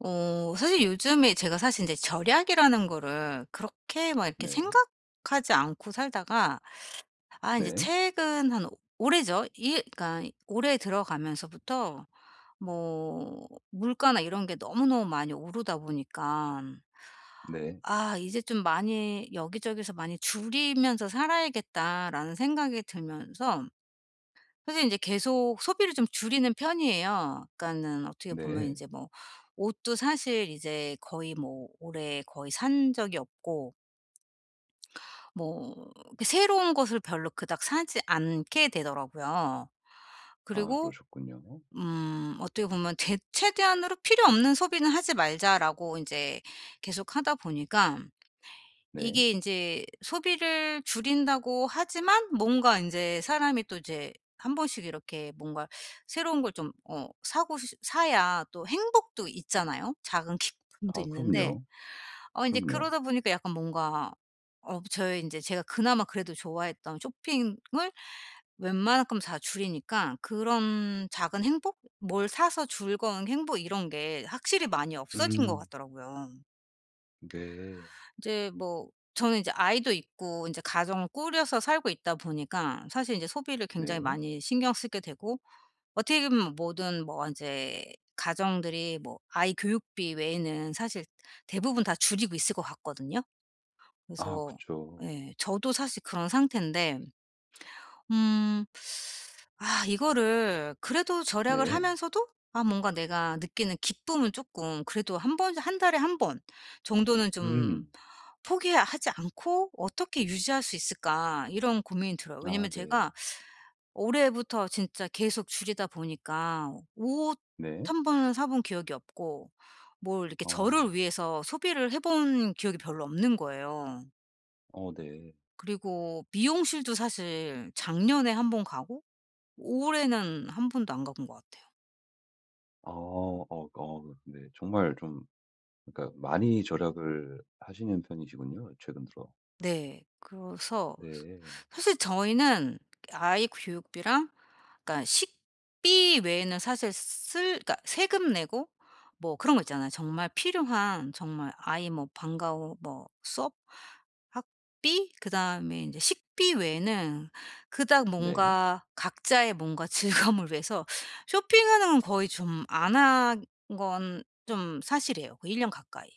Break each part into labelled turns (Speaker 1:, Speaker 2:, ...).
Speaker 1: 사실 요즘에 제가 사실 이제 절약이라는 거를 그렇게 막 이렇게
Speaker 2: 네.
Speaker 1: 생각하지 않고 살다가, 이제
Speaker 2: 네.
Speaker 1: 최근 한 올해죠. 이 그러니까 올해 들어가면서부터 뭐 물가나 이런 게 너무너무 많이 오르다 보니까
Speaker 2: 네.
Speaker 1: '아 이제 좀 많이 여기저기서 많이 줄이면서 살아야겠다.'라는 생각이 들면서 사실 이제 계속 소비를 좀 줄이는 편이에요. 그러니까는 어떻게 보면 이
Speaker 2: 네.
Speaker 1: 제 뭐 옷도 사실 이제 거의 뭐 올해 거의 산 적이 없고, 뭐 이렇게 새로운 것을 별로 그닥 사지 않게 되더라고요.
Speaker 2: 아,
Speaker 1: 그리고
Speaker 2: 그러셨군요.
Speaker 1: 어떻게 보면 대 '최대한으로 필요 없는 소비는 하지 말자.'라고 이제 계속하다 보니까
Speaker 2: 네.
Speaker 1: 이게 인제 소비를 줄인다고 하지만 뭔가 인제 사람이 또 이제 한 번씩 이렇게 뭔가 새로운 걸 좀 사고 시 사야 또 행복도 있잖아요. 작은 기쁨도
Speaker 2: 아,
Speaker 1: 있는데
Speaker 2: 그럼요.
Speaker 1: 인제
Speaker 2: 그럼요.
Speaker 1: 그러다 보니까 약간 뭔가, 저의 인제 제가 그나마 그래도 좋아했던 쇼핑을 웬만큼 다 줄이니까 그런 작은 행복? 뭘 사서 즐거운 행복 이런 게 확실히 많이 없어진 것
Speaker 2: 음.
Speaker 1: 같더라고요.
Speaker 2: 네.
Speaker 1: 이제 뭐 저는 이제 아이도 있고 이제 가정을 꾸려서 살고 있다 보니까 사실 이제 소비를 굉장히
Speaker 2: 네.
Speaker 1: 많이 신경 쓰게 되고, 어떻게 보면 모든 뭐 이제 가정들이 뭐 아이 교육비 외에는 사실 대부분 다 줄이고 있을 것 같거든요.
Speaker 2: 아,
Speaker 1: 그래서
Speaker 2: 그쵸.
Speaker 1: 예, 저도 사실 그런 상태인데 음. 이거를 그래도 절약을
Speaker 2: 네.
Speaker 1: 하면서도, 뭔가 내가 느끼는 기쁨은 조금 그래도 한 번, 한 달에 한 번 정도는 좀
Speaker 2: 음.
Speaker 1: 포기하지 않고 '어떻게 유지할 수 있을까?' 이런 고민이 들어요.
Speaker 2: 아,
Speaker 1: 왜냐면
Speaker 2: 네.
Speaker 1: 제가 올해부터 진짜 계속 줄이다 보니까 옷
Speaker 2: 네.
Speaker 1: 한 번은 사본 기억이 없고, 뭘 이렇게 저를
Speaker 2: 아.
Speaker 1: 위해서 소비를 해본 기억이 별로 없는 거예요.
Speaker 2: 어, 네.
Speaker 1: 그리고 미용실도 사실 작년에 한 번 가고 올해는 한 번도 안 가본 것 같아요.
Speaker 2: 아 어어 그 네. 정말 좀 그러니까 많이 절약을 하시는 편이시군요, 최근 들어.
Speaker 1: 네. 그래서
Speaker 2: 네.
Speaker 1: 사실 저희는 아이 교육비랑, 그러니까 식비 외에는 사실 쓸 그러니까 세금 내고 뭐 그런 거 있잖아요. 정말 필요한, 정말 아이 뭐 방과 후 뭐 수업 학비, 그다음에 인제 식비 외에는 그닥
Speaker 2: 네.
Speaker 1: 뭔가 각자의 뭔가 즐거움을 위해서 쇼핑하는 건 거의 좀 안 한 건 좀 사실이에요. 거의 일 년 가까이.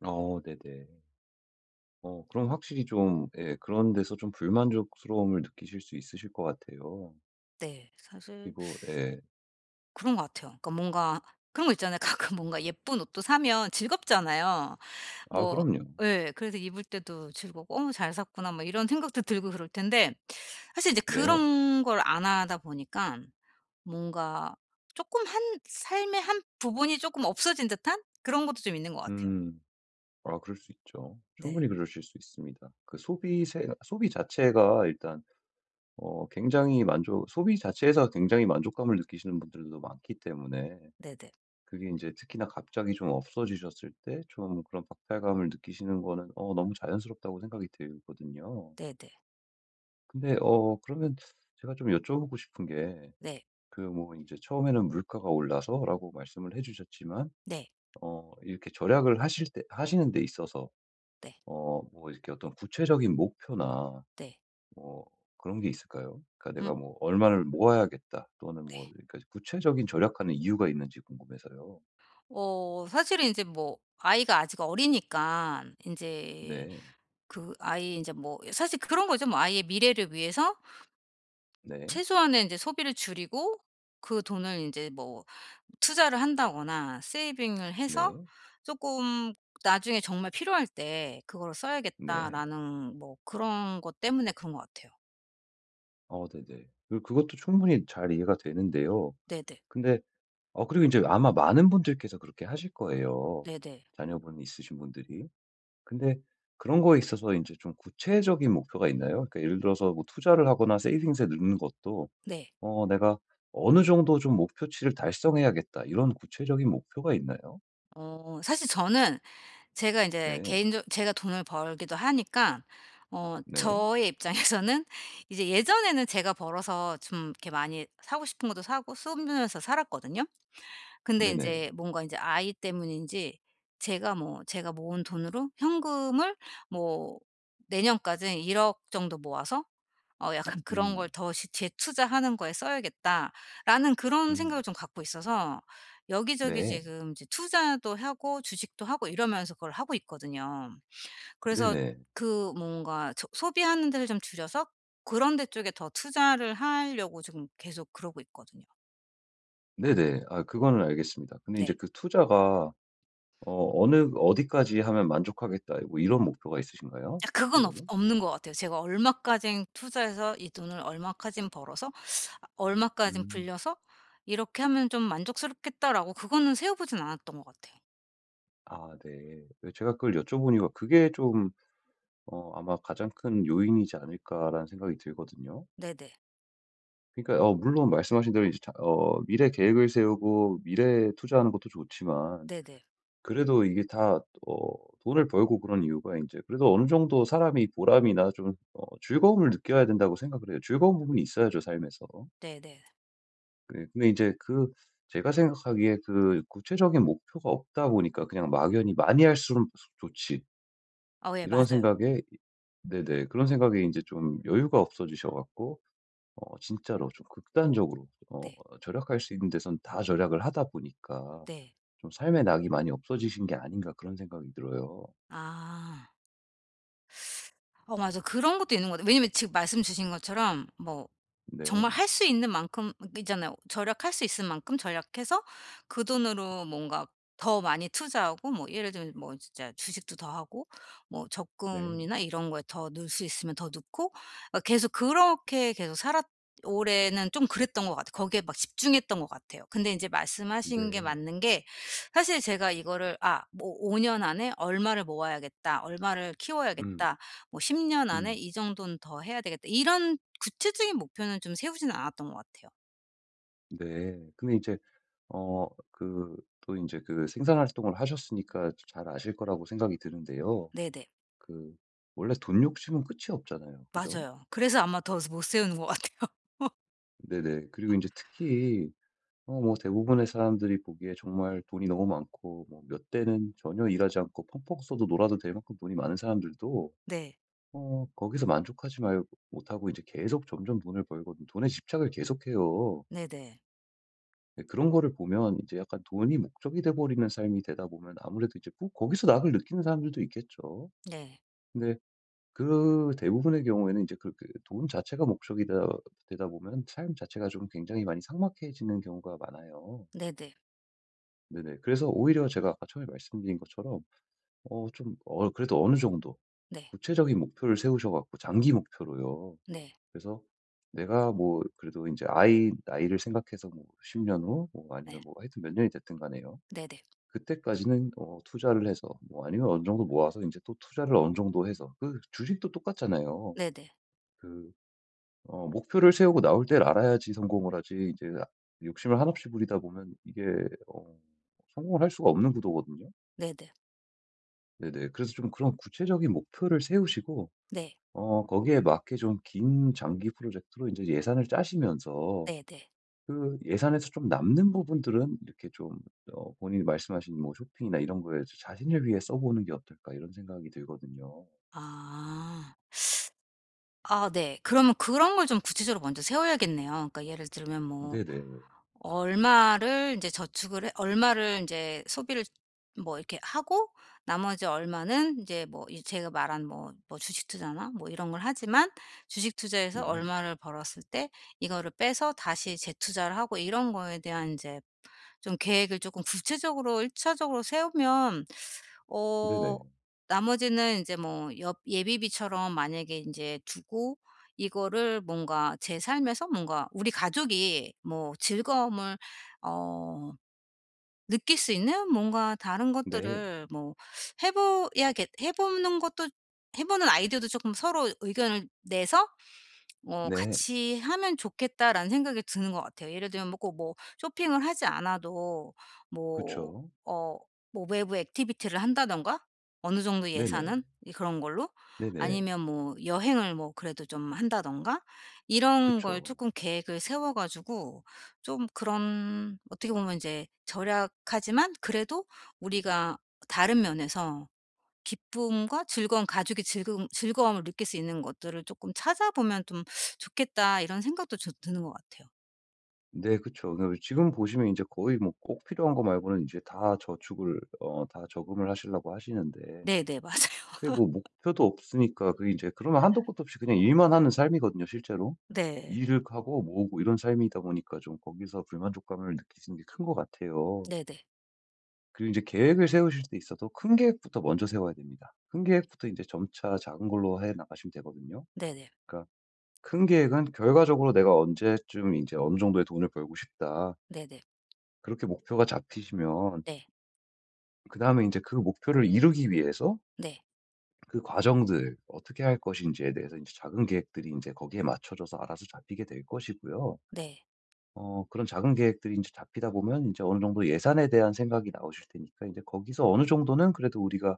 Speaker 2: 어, 네네. 그럼 확실히 좀, 예, 그런 데서 좀 불만족스러움을 느끼실 수 있으실 것 같아요.
Speaker 1: 네. 사실
Speaker 2: 그리고 예.
Speaker 1: 그런 것 같아요. 그러니까 뭔가 그런 거 있잖아요. 가끔 뭔가 예쁜 옷도 사면 즐겁잖아요.
Speaker 2: 아,
Speaker 1: 뭐
Speaker 2: 그럼요.
Speaker 1: 예. 그래서 입을 때도 즐겁고 '어 잘 샀구나.' 막 이런 생각도 들고 그럴 텐데, 사실 이제
Speaker 2: 네.
Speaker 1: 그런 걸 안 하다 보니깐 뭔가 쪼끔 한 삶의 한 부분이 쪼끔 없어진 듯한 그런 것도 좀 있는 것 같아요.
Speaker 2: 음. 아, 그럴 수 있죠.
Speaker 1: 네.
Speaker 2: 충분히 그러실 수 있습니다. 그 소비 자체가 일단 굉장히 만족 소비 자체에서 굉장히 만족감을 느끼시는 분들도 많기 때문에
Speaker 1: 네네.
Speaker 2: 그게 이제 특히나 갑자기 좀 없어지셨을 때 좀 그런 박탈감을 느끼시는 거는 너무 자연스럽다고 생각이 들거든요.
Speaker 1: 네네.
Speaker 2: 근데 그러면 제가 좀 여쭤보고 싶은 게
Speaker 1: 네.
Speaker 2: 그 뭐 이제 "처음에는 물가가 올라서"라고 말씀을 해 주셨지만
Speaker 1: 네.
Speaker 2: 이렇게 절약을 하실 때 하시는 데 있어서
Speaker 1: 네. 네.
Speaker 2: 뭐 이렇게 어떤 구체적인 목표나
Speaker 1: 네, 네.
Speaker 2: 뭐 그런 게 있을까요? 그러니까
Speaker 1: 음.
Speaker 2: '내가 뭐 얼마를 모아야겠다.' 또는 뭐, 그러니까 구체적인 절약하는 이유가 있는지 궁금해서요.
Speaker 1: 사실은 인제 뭐 아이가 아직 어리니깐 인제
Speaker 2: 네.
Speaker 1: 그 아이 이제 뭐 사실 그런 거죠. 뭐 아이의 미래를 위해서
Speaker 2: 네.
Speaker 1: 최소한의 인제 소비를 줄이고 그 돈을 인제 뭐 투자를 한다거나 세이빙을 해서
Speaker 2: 네.
Speaker 1: 쪼끔 '나중에 정말 필요할 때 그거를
Speaker 2: 네.
Speaker 1: 써야겠다.'라는 뭐 그런 것 때문에 그런 것 같아요.
Speaker 2: 어, 네네. 그 그것도 충분히 잘 이해가 되는데요.
Speaker 1: 네네.
Speaker 2: 근데 그리고 이제 아마 많은 분들께서 그렇게 하실 거예요,
Speaker 1: 네네.
Speaker 2: 자녀분 있으신 분들이. 근데 그런 거에 있어서 이제 좀 구체적인 목표가 있나요? 그러니까 예를 들어서 뭐 투자를 하거나 세이빙스에 넣는 것도
Speaker 1: 네.
Speaker 2: '내가 어느 정도 좀 목표치를 달성해야겠다.' 이런 구체적인 목표가 있나요?
Speaker 1: 사실 저는 제가 이제
Speaker 2: 네.
Speaker 1: 개인적 제가 돈을 벌기도 하니까,
Speaker 2: 네.
Speaker 1: 저의 입장에서는 이제 예전에는 제가 벌어서 좀 이렇게 많이 사고 싶은 것도 사고 쓰면서 살았거든요. 근데
Speaker 2: 네네.
Speaker 1: 인제 뭔가 인제 아이 때문인지 제가 뭐 제가 모은 돈으로 현금을 뭐 내년까지 1억 정도 모아서 약간 '그런 걸
Speaker 2: 음.
Speaker 1: 더 시 재투자하는 거에 써야겠다.'라는 그런 생각을
Speaker 2: 음.
Speaker 1: 좀 갖고 있어서 여기저기
Speaker 2: 네.
Speaker 1: 지금 이제 투자도 하고 주식도 하고 이러면서 그걸 하고 있거든요. 그래서
Speaker 2: 네네.
Speaker 1: 그 뭔가 저 소비하는 데를 좀 줄여서 그런 데 쪽에 더 투자를 하려고 지금 계속 그러고 있거든요.
Speaker 2: 네네. 아, 그거는 알겠습니다. 근데 인제
Speaker 1: 네.
Speaker 2: 그 투자가 어 어느 '어디까지 하면 만족하겠다.' 뭐 이런 목표가 있으신가요?
Speaker 1: 아, 그건 없
Speaker 2: 구체적인?
Speaker 1: 없는 것 같아요. 제가 얼마까진 투자해서 이 돈을 얼마까진 벌어서 아 얼마까진
Speaker 2: 음.
Speaker 1: 불려서 '이렇게 하면 좀 만족스럽겠다.'라고 그거는 세워 보진 않았던 것 같아요.
Speaker 2: 아, 네. 그 제가 그걸 여쭤보니까 그게 좀 아마 가장 큰 요인이지 않을까라는 생각이 들거든요.
Speaker 1: 네네.
Speaker 2: 그러니까 물론 말씀하신 대로 이제 자 어 미래 계획을 세우고 미래에 투자하는 것도 좋지만
Speaker 1: 네네.
Speaker 2: 그래도 이게 다 어 돈을 벌고 그런 이유가 이제 그래도 어느 정도 사람이 보람이나 좀 즐거움을 느껴야 된다고 생각을 해요. 즐거운 부분이 있어야죠, 삶에서.
Speaker 1: 네네.
Speaker 2: 네, 근데 이제 그 제가 생각하기에 그 구체적인 목표가 없다 보니까 그냥 막연히 '많이 할수록 좋지.'
Speaker 1: 예
Speaker 2: 이런
Speaker 1: 맞아요.
Speaker 2: 생각에, 네네, 그런 생각에 이제 좀 여유가 없어지셔 갖고 진짜로 좀 극단적으로
Speaker 1: 네.
Speaker 2: 절약할 수 있는 데선 다 절약을 하다 보니까
Speaker 1: 네.
Speaker 2: 좀 '삶의 낙이 많이 없어지신 게 아닌가.' 그런 생각이 들어요.
Speaker 1: 아. 맞아. 그런 것도 있는 것 같아요. 왜냐면 지금 말씀 주신 것처럼 뭐 정말
Speaker 2: 네.
Speaker 1: 할 수 있는 만큼 있잖아요. 절약할 수 있을 만큼 절약해서 그 돈으로 뭔가 더 많이 투자하고 뭐 예를 들면 뭐 진짜 주식도 더 하고 뭐
Speaker 2: 네.
Speaker 1: 적금이나 이런 거에 더 넣을 수 있으면 더 넣고, 계속 그렇게 계속 살았 올해는 좀 그랬던 것 같아요. 거기에 막 집중했던 것 같아요. 근데 인제 말씀하신 게
Speaker 2: 네.
Speaker 1: 맞는 게, 사실 제가 이거를 '아 뭐 5년 안에 얼마를 모아야겠다. 얼마를
Speaker 2: 음.
Speaker 1: 키워야겠다.' 뭐 '10년 년 안에
Speaker 2: 음.
Speaker 1: 이 정도는 더 해야 되겠다.' 이런 구체적인 목표는 좀 세우지는 않았던 것 같아요.
Speaker 2: 네. 근데 이제 어 그 또 이제 그 생산 활동을 하셨으니까 잘 아실 거라고 생각이 드는데요.
Speaker 1: 네네.
Speaker 2: 그 원래 돈 욕심은 끝이 없잖아요. 그죠?
Speaker 1: 맞아요. 그래서 아마 더 못 세우는 것 같아요.
Speaker 2: 네네. 그리고 이제 특히 뭐 대부분의 사람들이 보기에 정말 돈이 너무 많고 뭐 몇 대는 전혀 일하지 않고 펑펑 써도 놀아도 될 만큼 돈이 많은 사람들도
Speaker 1: 네.
Speaker 2: 거기서 만족하지 말 못하고 이제 계속 점점 돈을 벌거든, 돈에 집착을 계속해요.
Speaker 1: 네네.
Speaker 2: 네, 그런 거를 보면 이제 약간 돈이 목적이 돼 버리는 삶이 되다 보면 아무래도 이제 꼭 거기서 낙을 느끼는 사람들도 있겠죠.
Speaker 1: 네.
Speaker 2: 근데 그 대부분의 경우에는 이제 그렇게 돈 자체가 목적이다 되다 보면 삶 자체가 좀 굉장히 많이 삭막해지는 경우가 많아요.
Speaker 1: 네네.
Speaker 2: 네네. 그래서 오히려 제가 아까 처음에 말씀드린 것처럼 그래도 어느 정도
Speaker 1: 네.
Speaker 2: 구체적인 목표를 세우셔 갖고, 장기 목표로요.
Speaker 1: 네.
Speaker 2: 그래서 내가 뭐 그래도 이제 아이 나이를 생각해서 뭐 10년 후 뭐
Speaker 1: 네.
Speaker 2: 아니면 뭐 하여튼 몇 년이 됐든 간에요.
Speaker 1: 네네.
Speaker 2: 그때까지는 투자를 해서 뭐 아니면 어느 정도 모아서 이제 또 투자를 어느 정도 해서 그 주식도 똑같잖아요.
Speaker 1: 네네.
Speaker 2: 그 목표를 세우고 나올 때를 알아야지 성공을 하지 욕심을 한없이 부리다 보면 이게 어 성공을 할 수가 없는 구도거든요.
Speaker 1: 네네.
Speaker 2: 네네. 그래서 좀 그런 구체적인 목표를 세우시고
Speaker 1: 네.
Speaker 2: 거기에 맞게 좀 긴 장기 프로젝트로 이제 예산을 짜시면서
Speaker 1: 네네.
Speaker 2: 그 예산에서 좀 남는 부분들은 이렇게 좀 본인이 말씀하신 뭐 쇼핑이나 이런 거에 '자신을 위해 써 보는 게 어떨까.' 이런 생각이 들거든요.
Speaker 1: 아. 아 네. 그러면 그런 걸 좀 구체적으로 먼저 세워야겠네요. 그러니까 예를 들면 뭐
Speaker 2: 네네.
Speaker 1: 얼마를 이제 저축을 해, 얼마를 이제 소비를 뭐 이렇게 하고, 나머지 얼마는 이제 뭐 이 제가 말한 뭐 주식 투자나 뭐 이런 걸 하지만, 주식 투자에서
Speaker 2: 네.
Speaker 1: 얼마를 벌었을 때 이거를 빼서 다시 재투자를 하고 이런 거에 대한 이제 좀 계획을 조금 구체적으로 1차적으로 차적으로 세우면 어
Speaker 2: 네네.
Speaker 1: 나머지는 인제 뭐 엽 예비비처럼 만약에 인제 두고, 이거를 뭔가 제 삶에서 뭔가 우리 가족이 뭐 즐거움을 어 느낄 수 있는 뭔가 다른
Speaker 2: 네.
Speaker 1: 것들을 뭐 해 봐야겠 해 보는 것도 해 보는 아이디어도 쪼끔 서로 의견을 내서
Speaker 2: 네.
Speaker 1: '같이 하면 좋겠다.'라는 생각이 드는 것 같아요. 예를 들면 뭐꼭뭐 쇼핑을 하지 않아도 뭐
Speaker 2: 그쵸.
Speaker 1: 어 뭐 외부 액티비티를 한다든가, 어느 정도
Speaker 2: 네네.
Speaker 1: 예산은 이 그런 걸로,
Speaker 2: 네네.
Speaker 1: 아니면 뭐 여행을 뭐 그래도 좀 한다든가 이런 걸
Speaker 2: 그쵸.
Speaker 1: 조금 계획을 세워 가지고 좀 그런, 어떻게 보면 이제 절약하지만 그래도 우리가 다른 면에서 기쁨과 즐거움, 가족이 즐거움을 느낄 수 있는 것들을 조금 찾아보면 좀 '좋겠다.' 이런 생각도 저 드는 것 같아요.
Speaker 2: 네, 그쵸. 그러니까 지금 보시면 이제 거의 뭐 꼭 필요한 거 말고는 이제 다 저축을 어 다 저금을 하시려고 하시는데
Speaker 1: 네네. 맞아요.
Speaker 2: 그게 뭐 목표도 없으니까 그게 제 그러면 한도 끝도 없이 그냥 일만 하는 삶이거든요, 실제로.
Speaker 1: 네.
Speaker 2: 일을 하고 모으고 이런 삶이다 보니까 좀 거기서 불만족감을 느끼시는 게 큰 것 같아요.
Speaker 1: 네네.
Speaker 2: 그리고 이제 계획을 세우실 때 있어도 큰 계획부터 먼저 세워야 됩니다. 큰 계획부터 이제 점차 작은 걸로 해 나가시면 되거든요.
Speaker 1: 네네.
Speaker 2: 그러니까 큰 계획은 결과적으로 '내가 언제쯤 이제 어느 정도의 돈을 벌고 싶다.'
Speaker 1: 네네.
Speaker 2: 그렇게 목표가 잡히시면
Speaker 1: 네.
Speaker 2: 그다음에 이제 그 목표를 이루기 위해서
Speaker 1: 네.
Speaker 2: 그 과정들 어떻게 할 것인지에 대해서 이제 작은 계획들이 이제 거기에 맞춰져서 알아서 잡히게 될 것이고요.
Speaker 1: 네.
Speaker 2: 어, 그런 작은 계획들이 이제 잡히다 보면 이제 어느 정도 예산에 대한 생각이 나오실 테니까 이제 거기서 어느 정도는 그래도 '우리가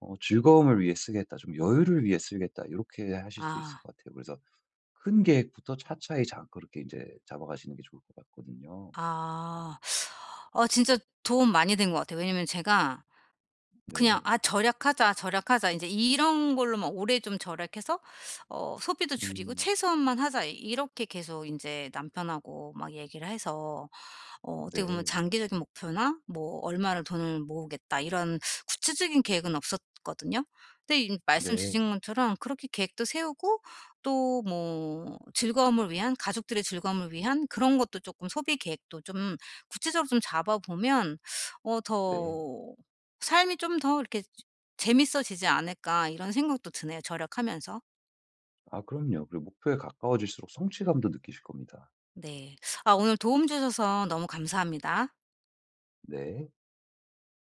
Speaker 2: 즐거움을 위해 쓰겠다. 좀 여유를 위해 쓰겠다.' 이렇게 하실 수 있을
Speaker 1: 아.
Speaker 2: 것 같아요. 그래서 큰 계획부터 차차히 작 그렇게 이제 잡아가시는 게 좋을 것 같거든요.
Speaker 1: 아. 진짜 도움 많이 된 것 같아요. 왜냐면 제가 그냥
Speaker 2: 네.
Speaker 1: '아 절약하자, 절약하자.' 인제 이런 걸로만 오래 좀 절약해서 소비도 줄이고
Speaker 2: 음.
Speaker 1: 최소한만 하자, 이렇게 계속 인제 남편하고 막 얘기를 해서 어떻게 보면
Speaker 2: 네.
Speaker 1: 장기적인 목표나 뭐 얼마를 돈을 모으겠다 이런 구체적인 계획은 없었거든요. 근데 이 말씀
Speaker 2: 네.
Speaker 1: 주신 것처럼 그렇게 계획도 세우고 또 뭐 즐거움을 위한, 가족들의 즐거움을 위한 그런 것도 조금 소비 계획도 좀 구체적으로 좀 잡아 보면
Speaker 2: 네.
Speaker 1: 더 '삶이 좀 더 이렇게 재밌어지지 않을까.' 이런 생각도 드네요 절약하면서.
Speaker 2: 아, 그럼요. 그리고 목표에 가까워질수록 성취감도 느끼실 겁니다.
Speaker 1: 네. 아 오늘 도움 주셔서 너무 감사합니다.
Speaker 2: 네.